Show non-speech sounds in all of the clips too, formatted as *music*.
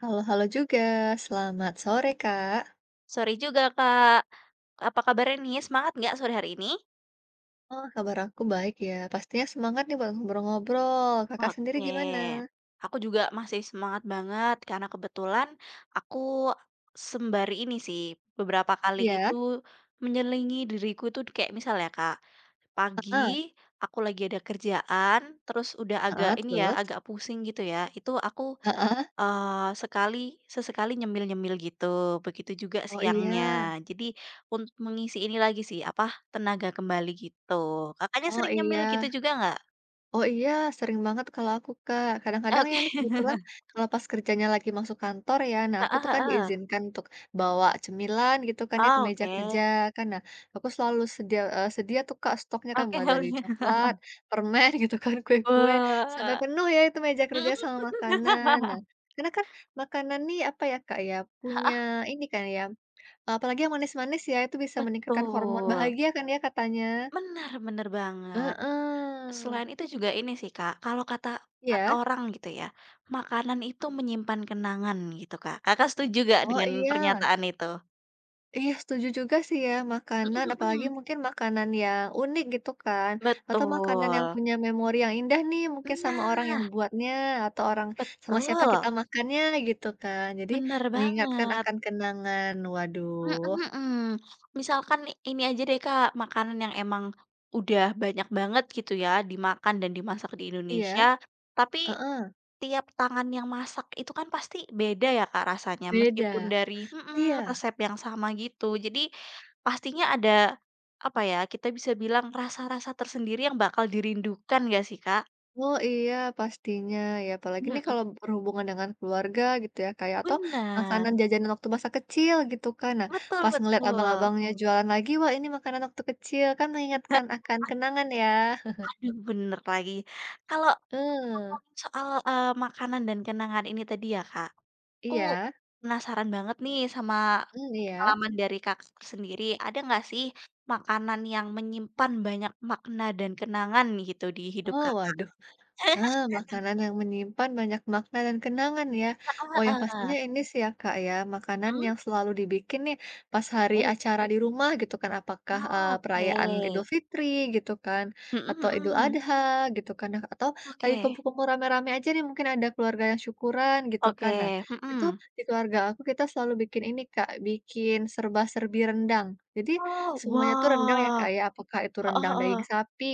Halo-halo juga, selamat sore Kak. Sorry juga, Kak. Apa kabarnya nih? Semangat nggak sore hari ini? Oh, kabar aku baik ya. Pastinya semangat nih buat ngobrol-ngobrol. Kakak sendiri Oke. gimana? Aku juga masih semangat banget karena kebetulan aku sembari ini sih, beberapa kali itu Iya? menyelingi diriku tuh kayak misal ya, Kak, pagi Heeh, aku lagi ada kerjaan, terus udah agak heeh, ini ya, terus? agak pusing gitu ya, itu aku Heeh. Eee, sekali sesekali nyemil-nyemil gitu, begitu juga Oh siangnya. iya, Jadi untuk mengisi ini lagi sih, apa, tenaga kembali gitu. Kakaknya oh sering nyemil iya. gitu juga nggak? Oh iya, sering banget kalau aku, Kak. Kadang-kadang ya Oke. ini kebetulan *laughs* kalau pas kerjanya lagi masuk kantor ya, nah aku Heeh tuh kan heeh. diizinkan untuk bawa cemilan gitu kan ya ke Oh, meja oke. kerja kan. Nah, aku selalu sedia tuh, Kak, stoknya kan Oke mulai dari halnya. *laughs* coklat, permen *laughs* gitu kan, kue-kue, sampai Wah. penuh ya itu meja kerja sama makanan. Nah, *laughs* karena kan makanan nih apa ya, Kak, ya, punya Heeh, ini kan ya, apalagi yang manis-manis ya, itu bisa meningkatkan hormon betul. bahagia kan ya katanya. Benar benar banget. Heeh. Selain itu juga ini sih, Kak, kalau kata kata Ya? orang gitu ya, makanan itu menyimpan kenangan gitu, Kak. Kakak setuju nggak Oh, dengan iya. pernyataan itu? Iya setuju juga sih ya, makanan apalagi *laughs* mungkin makanan yang unik gitu kan, atau makanan yang Betul. punya memori yang indah nih mungkin sama orang yang Nah, buatnya, atau orang sama siapa kita betul, makannya gitu kan. Jadi bener mengingatkan banget. akan kenangan, Mhm waduh, mhm. Misalkan ini aja deh, Kak, makanan yang emang udah banyak banget gitu ya dimakan dan dimasak di Indonesia, iya, tapi heeh, tiap tangan yang masak itu kan pasti beda ya, Kak, rasanya meskipun beda. dari Iya. resep yang sama gitu. Jadi pastinya ada, apa ya, kita bisa bilang rasa-rasa tersendiri yang bakal dirindukan nggak sih, Kak? Oh iya pastinya ya apalagi nih Mhm. kalau berhubungan dengan keluarga gitu ya kayak atau Benar, makanan jajanan waktu masa kecil gitu kan. Nah, betul pas ngeliat betul. abang-abangnya jualan lagi, wah ini makanan waktu kecil kan mengingatkan Heeh, akan kenangan ya. *laughs* aduh, bener lagi. Kalau Heeh, ngomongin soal, makanan dan kenangan ini tadi ya, Kak, aku iya, penasaran banget nih sama hmm iya. pengalaman dari Kakak sendiri. Ada nggak sih makanan yang menyimpan banyak makna dan kenangan gitu di hidup Oh Kakak? waduh. Ah, makanan yang menyimpan banyak makna dan kenangan ya. Heeh Oh, yang heeh. pastinya ini sih ya Kak ya, makanan Mhm, yang selalu dibikin nih pas hari oke. acara di rumah gitu kan, apakah eh, Oh, perayaan Idul oke. Fitri gitu kan, Mhm atau Idul mhm. Adha gitu kan, nah, atau lagi Oke kumpul-kumpul rame-rame aja nih mungkin ada keluarga yang syukuran gitu kan. Nah, oke, itu mhm. di keluarga aku kita selalu bikin ini Kak, bikin serba-serbi rendang. Jadi Oh, semuanya tuh rendang ya wah. Kak ya, apakah itu Heeh rendang daging heeh. sapi,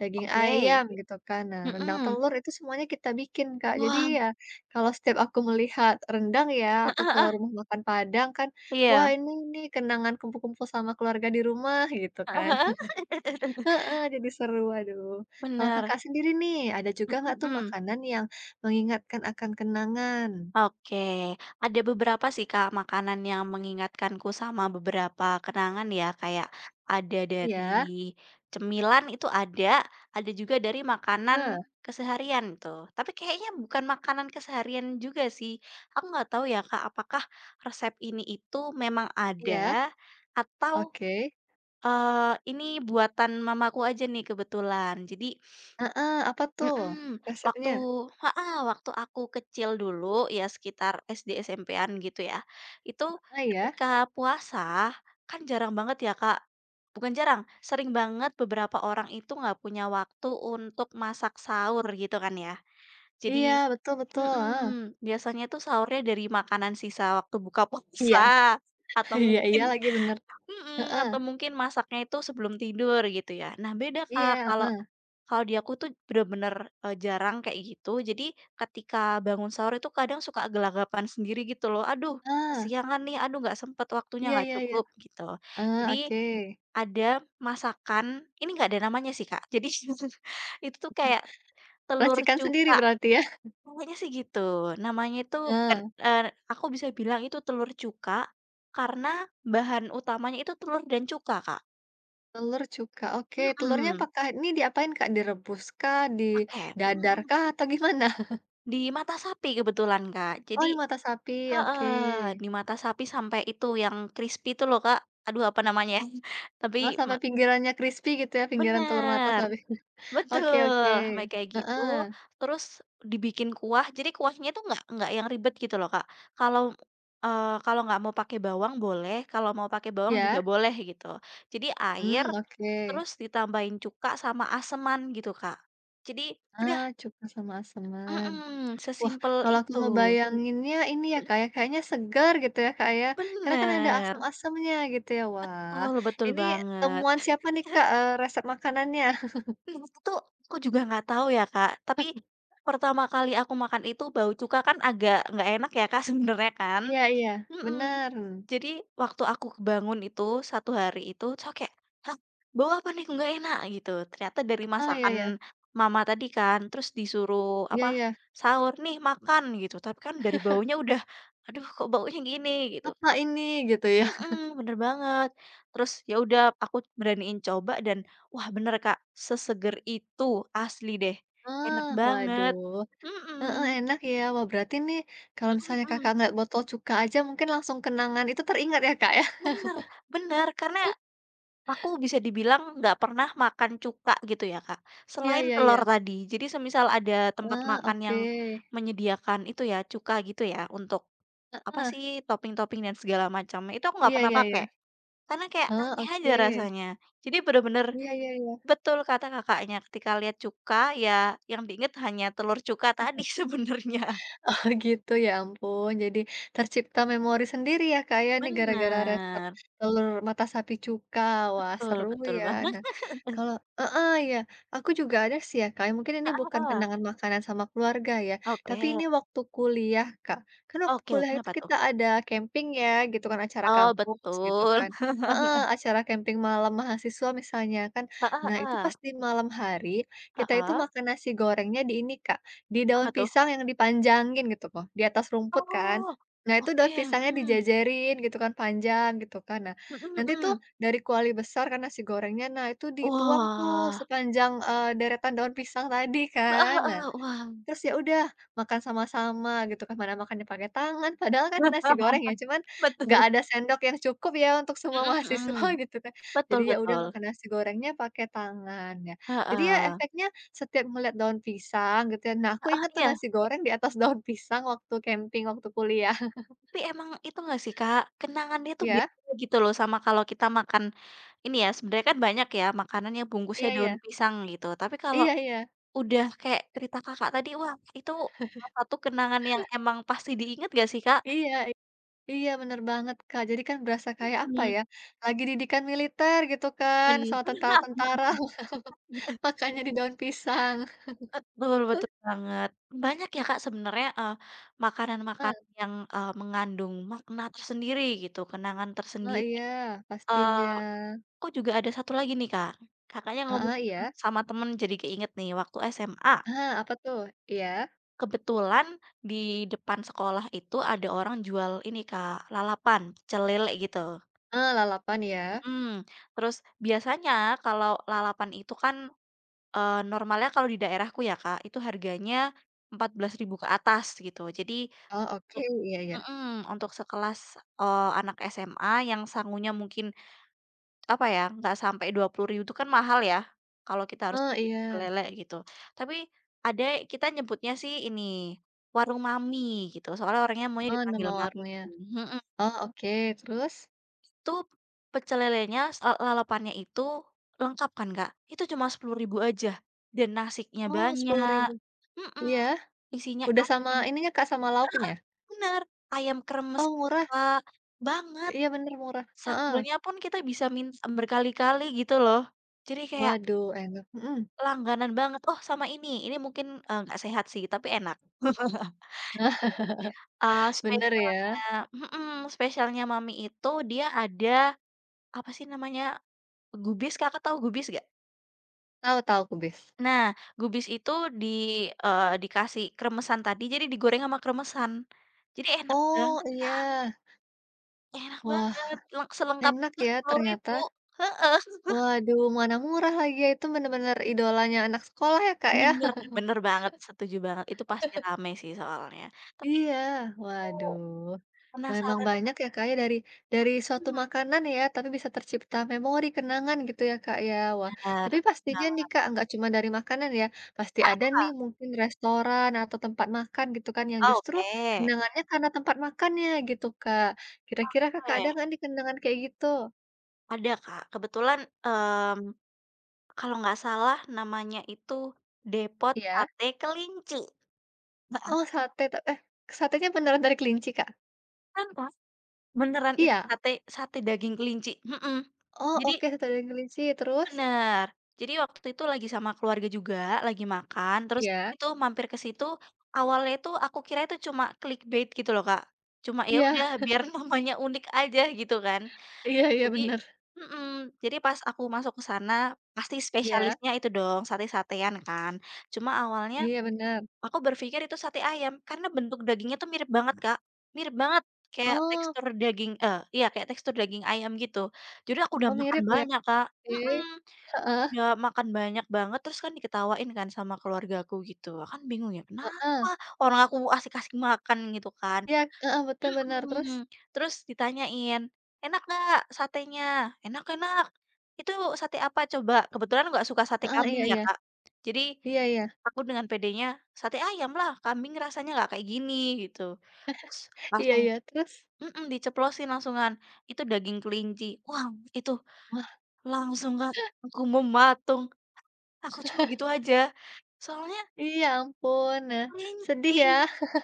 daging ayam Oke. gitu kan. Nah, rendang Mhm. telur itu semuanya kita bikin, Kak. Jadi Wah, ya kalau setiap aku melihat rendang ya heeh atau ke heeh, rumah makan Padang kan, wah iya. ini nih kenangan kumpul-kumpul sama keluarga di rumah gitu kan. Heeh *laughs* heeh. *laughs* Heeh, jadi seru, aduh. Kalau Bener, Kakak sendiri nih, ada juga mhm nggak tuh mhm. makanan yang mengingatkan akan kenangan? Oke, ada beberapa sih, Kak, makanan yang mengingatkanku sama beberapa kenangan ya, kayak ada Iya, dari cemilan itu ada juga dari ah makanan keseharian tuh. Tapi kayaknya bukan makanan keseharian juga sih. Aku nggak tahu ya, Kak, apakah resep ini itu memang iya, ada atau, oke. Ini buatan mamaku aja nih kebetulan. Jadi Heeh, apa tuh mhm, waktu resepnya? Waktu aku kecil dulu ya sekitar SD, SMP-an gitu ya, itu Heeh, ya. ketika puasa kan jarang banget ya Kak, bukan jarang, sering banget beberapa orang itu nggak punya waktu untuk masak sahur gitu kan ya. Jadi Iya, betul betul, mhm, ah biasanya tuh sahurnya dari makanan sisa waktu buka *laughs* Iya, puasa atau *laughs* iya mungkin iya lagi bener. mhm, Heeh. atau mungkin masaknya itu sebelum tidur gitu ya. Nah beda Kak Iya, kalau heeh, kalau di aku tuh bener-bener, jarang kayak gitu. Jadi ketika bangun sahur itu kadang suka gelagapan sendiri gitu loh, "Aduh ah, kesiangan nih, aduh nggak sempet waktunya, iya nggak iya iya, cukup," gitu. ah, Jadi oke. ada masakan, ini nggak ada namanya sih, Kak. Jadi *laughs* itu tuh kayak telur Racikan sendiri cuka, berarti ya? namanya sih gitu. Namanya itu bukan Ah, eee, aku bisa bilang itu telur cuka karena bahan utamanya itu telur dan cuka, Kak. telur cuka, oke, telurnya Mhm, apakah ini diapain, Kak? Direbus kah, oke, mhm didadar mhm. kah, atau gimana? *laughs* Di mata sapi kebetulan, Kak. Oh, Jadi di mata sapi, oke. heeh, di mata sapi sampai itu yang crispy itu loh, Kak. Aduh apa namanya ya, *laughs* tapi Oh, me sampai pinggirannya crispy gitu ya, pinggiran telur mata bener, sapi. *laughs* Oke oke, betul, sampai kayak gitu, heeh, terus dibikin kuah, jadi kuahnya tuh nggak yang ribet gitu loh, Kak. Kalau, kalau nggak mau pakai bawang boleh, kalau mau pakai bawang juga ya? boleh gitu. Jadi air, Hmm, oke. terus ditambahin cuka sama aseman gitu, Kak. Jadi udah Ah, cuka sama aseman. mhm, Wah, sesimpel kalau aku itu. ngebayanginnya ini ya, Mhm, Kak, ya, kayaknya segar gitu ya, Kak, ya, karena kan ada bener, asam-asamnya gitu ya. Wah, oh betul ini banget. temuan siapa nih, *laughs* Kak, resep makanannya? *laughs* Itu aku juga nggak tahu ya, Kak. Tapi pertama kali aku makan itu bau cuka kan agak nggak enak ya, Kak, *laughs* sebenarnya kan. Iya iya, Mhm. benar. Jadi waktu aku kebangun itu satu hari itu, terus kayak, "Hah, bau apa nih kok nggak enak?" Gitu. Ternyata dari Heeh, iya masakan iya, mama tadi kan, terus disuruh iya apa, iya, "Sahur nih, makan," gitu. Tapi kan dari baunya udah, "Aduh kok baunya gini?" Gitu. "Apa ini?" Gitu ya. Mhm, bener banget. Terus ya udah aku beraniin coba dan wah bener Kak, seseger itu, asli deh, Ah enak banget. waduh, heeh, Mhm, enak ya. Wah, berarti nih kalau mhm misalnya Kakak mhm, ngeliat botol cuka aja mungkin langsung kenangan itu teringat ya, Kak, ya? *laughs* bener bener, karena aku bisa dibilang nggak pernah makan cuka gitu ya Kak, Iya selain iya iya. telur tadi. Jadi semisal ada tempat Ah makan yang oke. menyediakan itu ya, cuka gitu ya, untuk apa Heeh, sih, topping-topping dan segala macamnya, itu aku nggak iya pernah iya iya. pakai, karena kayak Ah aneh aja oke. rasanya. Jadi bener-bener Iya iya iya. betul kata Kakaknya, ketika lihat cuka, ya yang diingat hanya telur cuka tadi *laughs* sebenarnya. Oh gitu ya ampun, jadi tercipta memori sendiri ya Kak ya nih gara-gara resep Benar telur mata sapi cuka. Wah seru betul betul ya. banget. Nah kalau heeh, ya aku juga ada sih ya Kak, ya, mungkin *laughs* ini Heeh bukan heeh. kenangan makanan sama keluarga ya, tapi ini Oke waktu kuliah Kak. Kan waktu oke, kuliah itu kenapa tuh? kita ada camping ya gitu kan acara Oh kampus gitu betul. kan. Heeh, acara camping malam mahasiswa misalnya kan. *laughs* ah ah Nah itu pas ah di malam hari ah kita itu ah makan nasi gorengnya di ini Kak di daun apa tuh? pisang yang dipanjangin gitu loh, di atas rumput kan. Oh, Nah itu daun oke, pisangnya mhm, dijajarin gitu kan, panjang gitu kan. Nah, mhm nanti tuh mhm. dari kuali besar kan nasi gorengnya, nah itu dituang tuh Wah, sepanjang, deretan daun pisang tadi ah kan. ah Nah ah. Wah. terus ya udah, makan sama-sama gitu kan, mana makannya pakai tangan, padahal kan nasi goreng ya, *laughs* cuman nggak Betul. ada sendok yang cukup ya untuk semua Mhm mahasiswa *laughs* mhm. gitu kan. Betul Jadi ya udah betul. makan nasi gorengnya pakai tangan ya. Ah Jadi ya Ah, efeknya setiap ngelihat daun pisang gitu ya, nah aku ah, inget tuh iya. nasi goreng di atas *laughs* daun pisang waktu camping, waktu kuliah. *laughs* Tapi emang itu nggak sih, Kak, kenangannya tuh Iya? beda gitu loh sama kalau kita makan ini ya, sebenarnya kan banyak ya makanan yang bungkusnya Iya iya. daun pisang gitu, tapi kalau Iya iya. udah kayak cerita Kakak tadi, wah itu salah satu kenangan yang emang pasti diingat gak sih, Kak? Iya i iya bener banget, Kak. Jadi kan berasa kayak apa Mhm, ya, lagi didikan militer gitu kan bener. sama tentara-tentara, *laughs* *laughs* makannya di daun pisang. Betul betul banget. Banyak ya, Kak, sebenarnya, makanan-makanan yang, mengandung makna tersendiri gitu, kenangan Oh, tersendiri. iya, pastinya. Eh, Aku juga ada satu lagi nih, Kak. Kakaknya Heeh, ngomongin iya. sama temen jadi keinget nih, waktu SMA, Ah apa tuh? Iya. kebetulan di depan sekolah itu ada orang jual ini, Kak, lalapan, pecel lele gitu. Ah lalapan ya? Mhm, terus biasanya kalau lalapan itu kan, normalnya kalau di daerahku ya, Kak, itu harganya 14.000 ke atas gitu. Jadi Oh, oke, untuk iya iya. mhm, untuk sekelas, anak SMA yang sangunya mungkin apa ya, nggak sampai 20.000 itu kan mahal ya, kalau kita harus Oh, beli pecel iya. lele gitu. Tapi ada kita nyebutnya sih ini, warung mami gitu, soalnya orangnya maunya Oh, dipanggil nama mami. warungnya. Mhm, Oh, oke, terus? itu pecel lelenya, lalapannya itu lengkap kan, Kak, itu cuma 10.000 aja, dan nasinya Oh, sepuluh banyak ribu. mhm, Iya? isinya Udah sama ayam ininya, Kak, sama lauknya? bener, ayam kremes Oh, gitu, murah? Kak, banget, Iya, bener, murah. Heeh. sambelnya pun kita bisa minta berkali-kali gitu loh. Jadi kayak Waduh, enak. Mhm, langganan banget, "Oh sama ini mungkin, eee, nggak sehat sih tapi enak." *laughs* Eee, bener spesialnya ya. mhm, spesialnya mami itu dia ada, apa sih namanya, gubis, Kakak tahu gubis nggak? Tahu tahu kubis. Nah, gubis itu di dikasih kremesan tadi, jadi digoreng sama kremesan. Jadi enak Oh, banget iya. enak Wah, banget, selengkap enak itu ya ternyata. Rp10.000 heeh, Waduh, mana murah lagi ya, itu bener-bener idolanya anak sekolah ya, Kak, ya? bener bener banget, setuju banget, itu pasti rame sih soalnya. Tapi Iya, aku waduh, memang penasaran banyak ya, Kak, ya, dari suatu mhm, makanan ya, tapi bisa tercipta memori, kenangan gitu ya, Kak, ya. Wah, bener, tapi pastinya bener banget. nih, Kak, nggak cuma dari makanan ya, pasti ada nih mungkin restoran atau tempat makan gitu kan yang justru Oke. kenangannya karena tempat makannya gitu, Kak. Kira-kira Kakak ada Oke, nggak nih kenangan kayak gitu? ada Kak, kebetulan, mmm, kalau nggak salah namanya itu Depot Iya? Sate Kelinci. Heeh, Oh, sate, satenya beneran dari kelinci, Kak? kan Kak, beneran itu Iya? sate sate daging kelinci, mhm. Oh, Jadi oke, sate dari kelinci, terus? bener, jadi waktu itu lagi sama keluarga juga, lagi makan, terus Iya? itu mampir ke situ, awalnya itu aku kira itu cuma clickbait gitu loh Kak, cuma ya Iya, udah *laughs* biar *laughs* namanya unik aja gitu kan. iya iya, Jadi bener. mhm, jadi pas aku masuk ke sana, pasti Iya? spesialisnya itu dong, sate-satean kan. Cuma awalnya Iya, bener. aku berpikir itu sate ayam, karena bentuk dagingnya tuh mirip banget, Kak, mirip banget, kayak Oh tekstur daging iya kayak tekstur daging ayam gitu. Jadi aku udah oh makan mirip ya, banyak, Kak oke. mhm, aku Heeh udah makan banyak banget, terus kan diketawain kan sama keluargaku gitu, kan bingung ya, heeh. "Kenapa orang aku asik-asik makan," gitu kan. Iya, heeh, betul benar terus? Mhm, terus ditanyain, "Enak nggak satenya?" "Enak enak." "Itu sate apa coba?" Kebetulan nggak suka sate Heeh, kambing iya ya, iya. Kak. Jadi Iya iya. aku dengan pedenya, "Sate ayam lah, kambing rasanya nggak kayak gini," gitu. Terus Iya langsung iya, terus? mhm, diceplosin langsungan, "Itu daging kelinci." Wah, itu Wah, langsung, Kak, aku mematung. Aku cuma gitu aja, soalnya iya ampun, nah sedih kelinci. ya.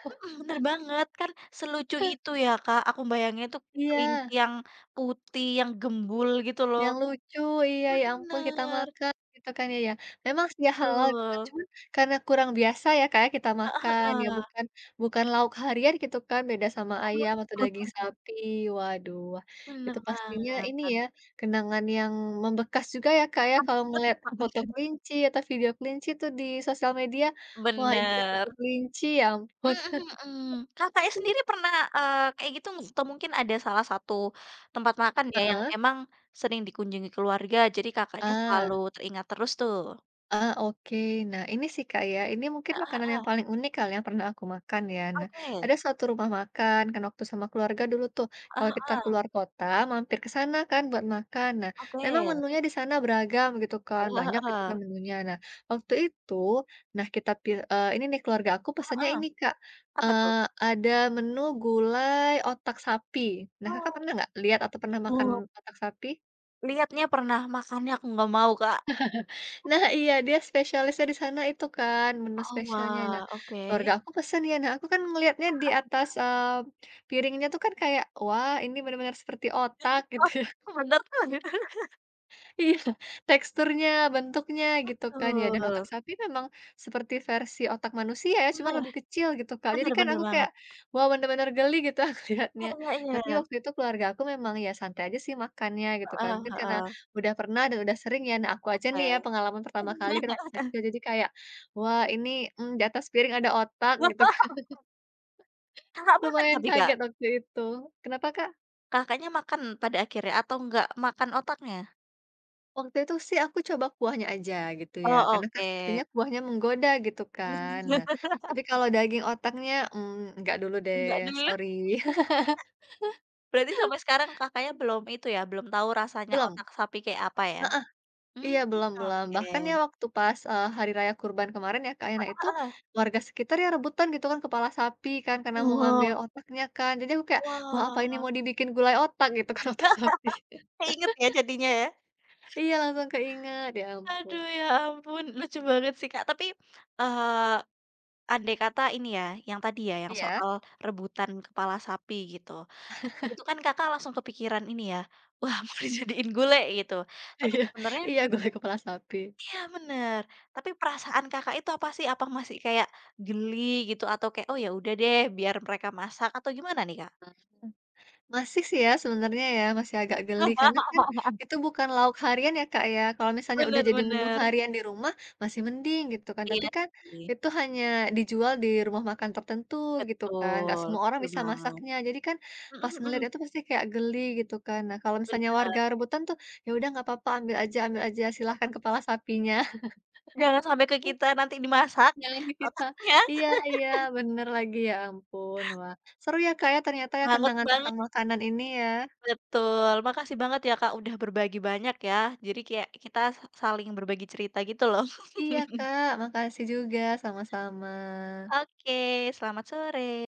Mhm, bener banget, kan selucu itu ya, Kak, aku bayanginnya itu Iya. kelinci yang putih, yang gembul gitu loh. Yang lucu, iya ya ampun kita Bener, makan gitu kan ya. Memang sih ya halal gitu kan, betul, cuman karena kurang biasa ya kayak kita makan, ya heeh. bukan bukan lauk harian gitu kan, beda sama ayam atau daging *laughs* sapi. Waduh, wah Bener itu pastinya ini banget. ya, kenangan yang membekas juga ya Kak ya, kalau Dapet ngelihat foto banget. kelinci atau video kelinci tuh di sosial media, wah ingetnya foto Bener, kelinci ya ampun. mhm *laughs* mhm. Kakaknya sendiri pernah, kayak gitu nggak? Atau mungkin ada salah satu tempat makan ya yang Heeh, emang sering dikunjungi keluarga, jadi Kakaknya selalu ah. teringat terus tuh? Ah, oke. Nah, ini sih, Kak, ya, ini mungkin Heeh makanan yang heeh, paling unik kali yang pernah aku makan ya. Nah, ada oke. suatu rumah makan kan waktu sama keluarga dulu tuh, Heeh kalau kita heeh, keluar kota mampir ke sana kan buat makan. Nah, oke. memang menunya di sana beragam gitu kan, Heeh banyak gitu kan heeh. menunya. Nah, waktu itu, nah kita ini nih keluarga aku pesannya Heeh. ini, Kak. Apa Eh, tuh? ada menu gulai otak sapi. Nah, Kakak Oh pernah nggak lihat atau pernah makan oh, otak sapi? lihatnya pernah, makannya aku nggak mau, Kak. Nah iya, dia spesialisnya di sana itu kan, menu Oh, spesialnya. Nah, wah, oke. keluarga aku pesen ya, nah aku kan ngelihatnya di atas, piringnya tuh kan kayak, wah ini benar-benar seperti otak gitu. Oh, *laughs* bener tuh. Iya, teksturnya, bentuknya gitu kan ya, dan otak Betul, sapi memang seperti versi otak manusia ya, cuman bener lebih kecil gitu, Kak. Jadi bener kan bener aku banget. kayak, wah bener-bener geli gitu *laughs* aku lihatnya. Iya iya Tapi iya. waktu itu keluarga aku memang ya santai aja sih makannya gitu kan. Heeh Mungkin karena heeh, udah pernah dan udah sering ya. Nah, aku aja nih oke. ya pengalaman pertama kali kan waktu *laughs* kecil. Jadi kayak, wah ini di atas piring ada otak gitu kan. *laughs* Kakak makan Lumayan tapi, Kak? kaget waktu itu. Kenapa, Kak? Kakaknya makan pada akhirnya atau nggak makan otaknya? Waktu itu sih aku coba kuahnya aja gitu ya, Oh, karena kan oke. sepertinya kuahnya menggoda gitu kan. Nah, tapi *laughs* kalau daging otaknya, enggak dulu deh, Enggak dulu, sorry. *laughs* berarti sampai sekarang Kakaknya belum itu ya, belum tahu rasanya Belum otak sapi kayak apa ya? Mmm, iya belum belum. oke. Bahkan ya waktu pas, hari raya kurban kemarin ya, Kak, ya, nah itu Heeh. warga sekitar ya rebutan gitu kan kepala sapi kan, karena mau Wah ngambil otaknya kan. Jadi aku kayak, "Wah, apa wah, ini *laughs* mau dibikin gulai otak?" Gitu kan, *laughs* otak heeh, sapi. keinget ya jadinya ya? Iya, langsung keinget, ya ampun. Aduh ya ampun, lucu banget sih, Kak. Tapi, eee, andai kata ini ya, yang tadi ya, yang Iya soal rebutan kepala sapi gitu, itu kan Kakak langsung kepikiran ini ya, *laughs* wah mau dijadiin gulai gitu. *laughs* Tapi iya sebenarnya iya, gulai kepala sapi. iya bener, tapi perasaan Kakak itu apa sih? Apa masih kayak geli gitu atau kayak, "Oh ya udah deh biar mereka masak," atau gimana nih, Kak? Masih sih ya sebenarnya ya, masih agak geli karena kan *laughs* itu bukan lauk harian ya, Kak, ya. Kalau misalnya udah Bener jadi menu bener, harian di rumah masih mending gitu kan, tapi iya kan sih, itu hanya dijual di rumah makan tertentu gitu kan, nggak betul, semua orang betul bisa banget. masaknya. Jadi kan pas Mhm ngelihat mhm, itu pasti kayak geli gitu kan. Nah, kalau misalnya bener. warga rebutan tuh, ya udah nggak apa-apa ambil aja, silahkan kepala sapinya, Jangan sampai ke kita nanti dimasak *laughs* jangan di kita. otaknya, Iya iya, bener lagi, ya ampun. Wah, seru ya, Kak, ya ternyata ya hangat kenangan tentang banget, makanan ini ya. betul. Makasih banget ya, Kak, udah berbagi banyak ya. Jadi kayak kita saling berbagi cerita gitu loh. Iya *laughs* Kak, makasih juga, sama-sama. Oke, selamat sore.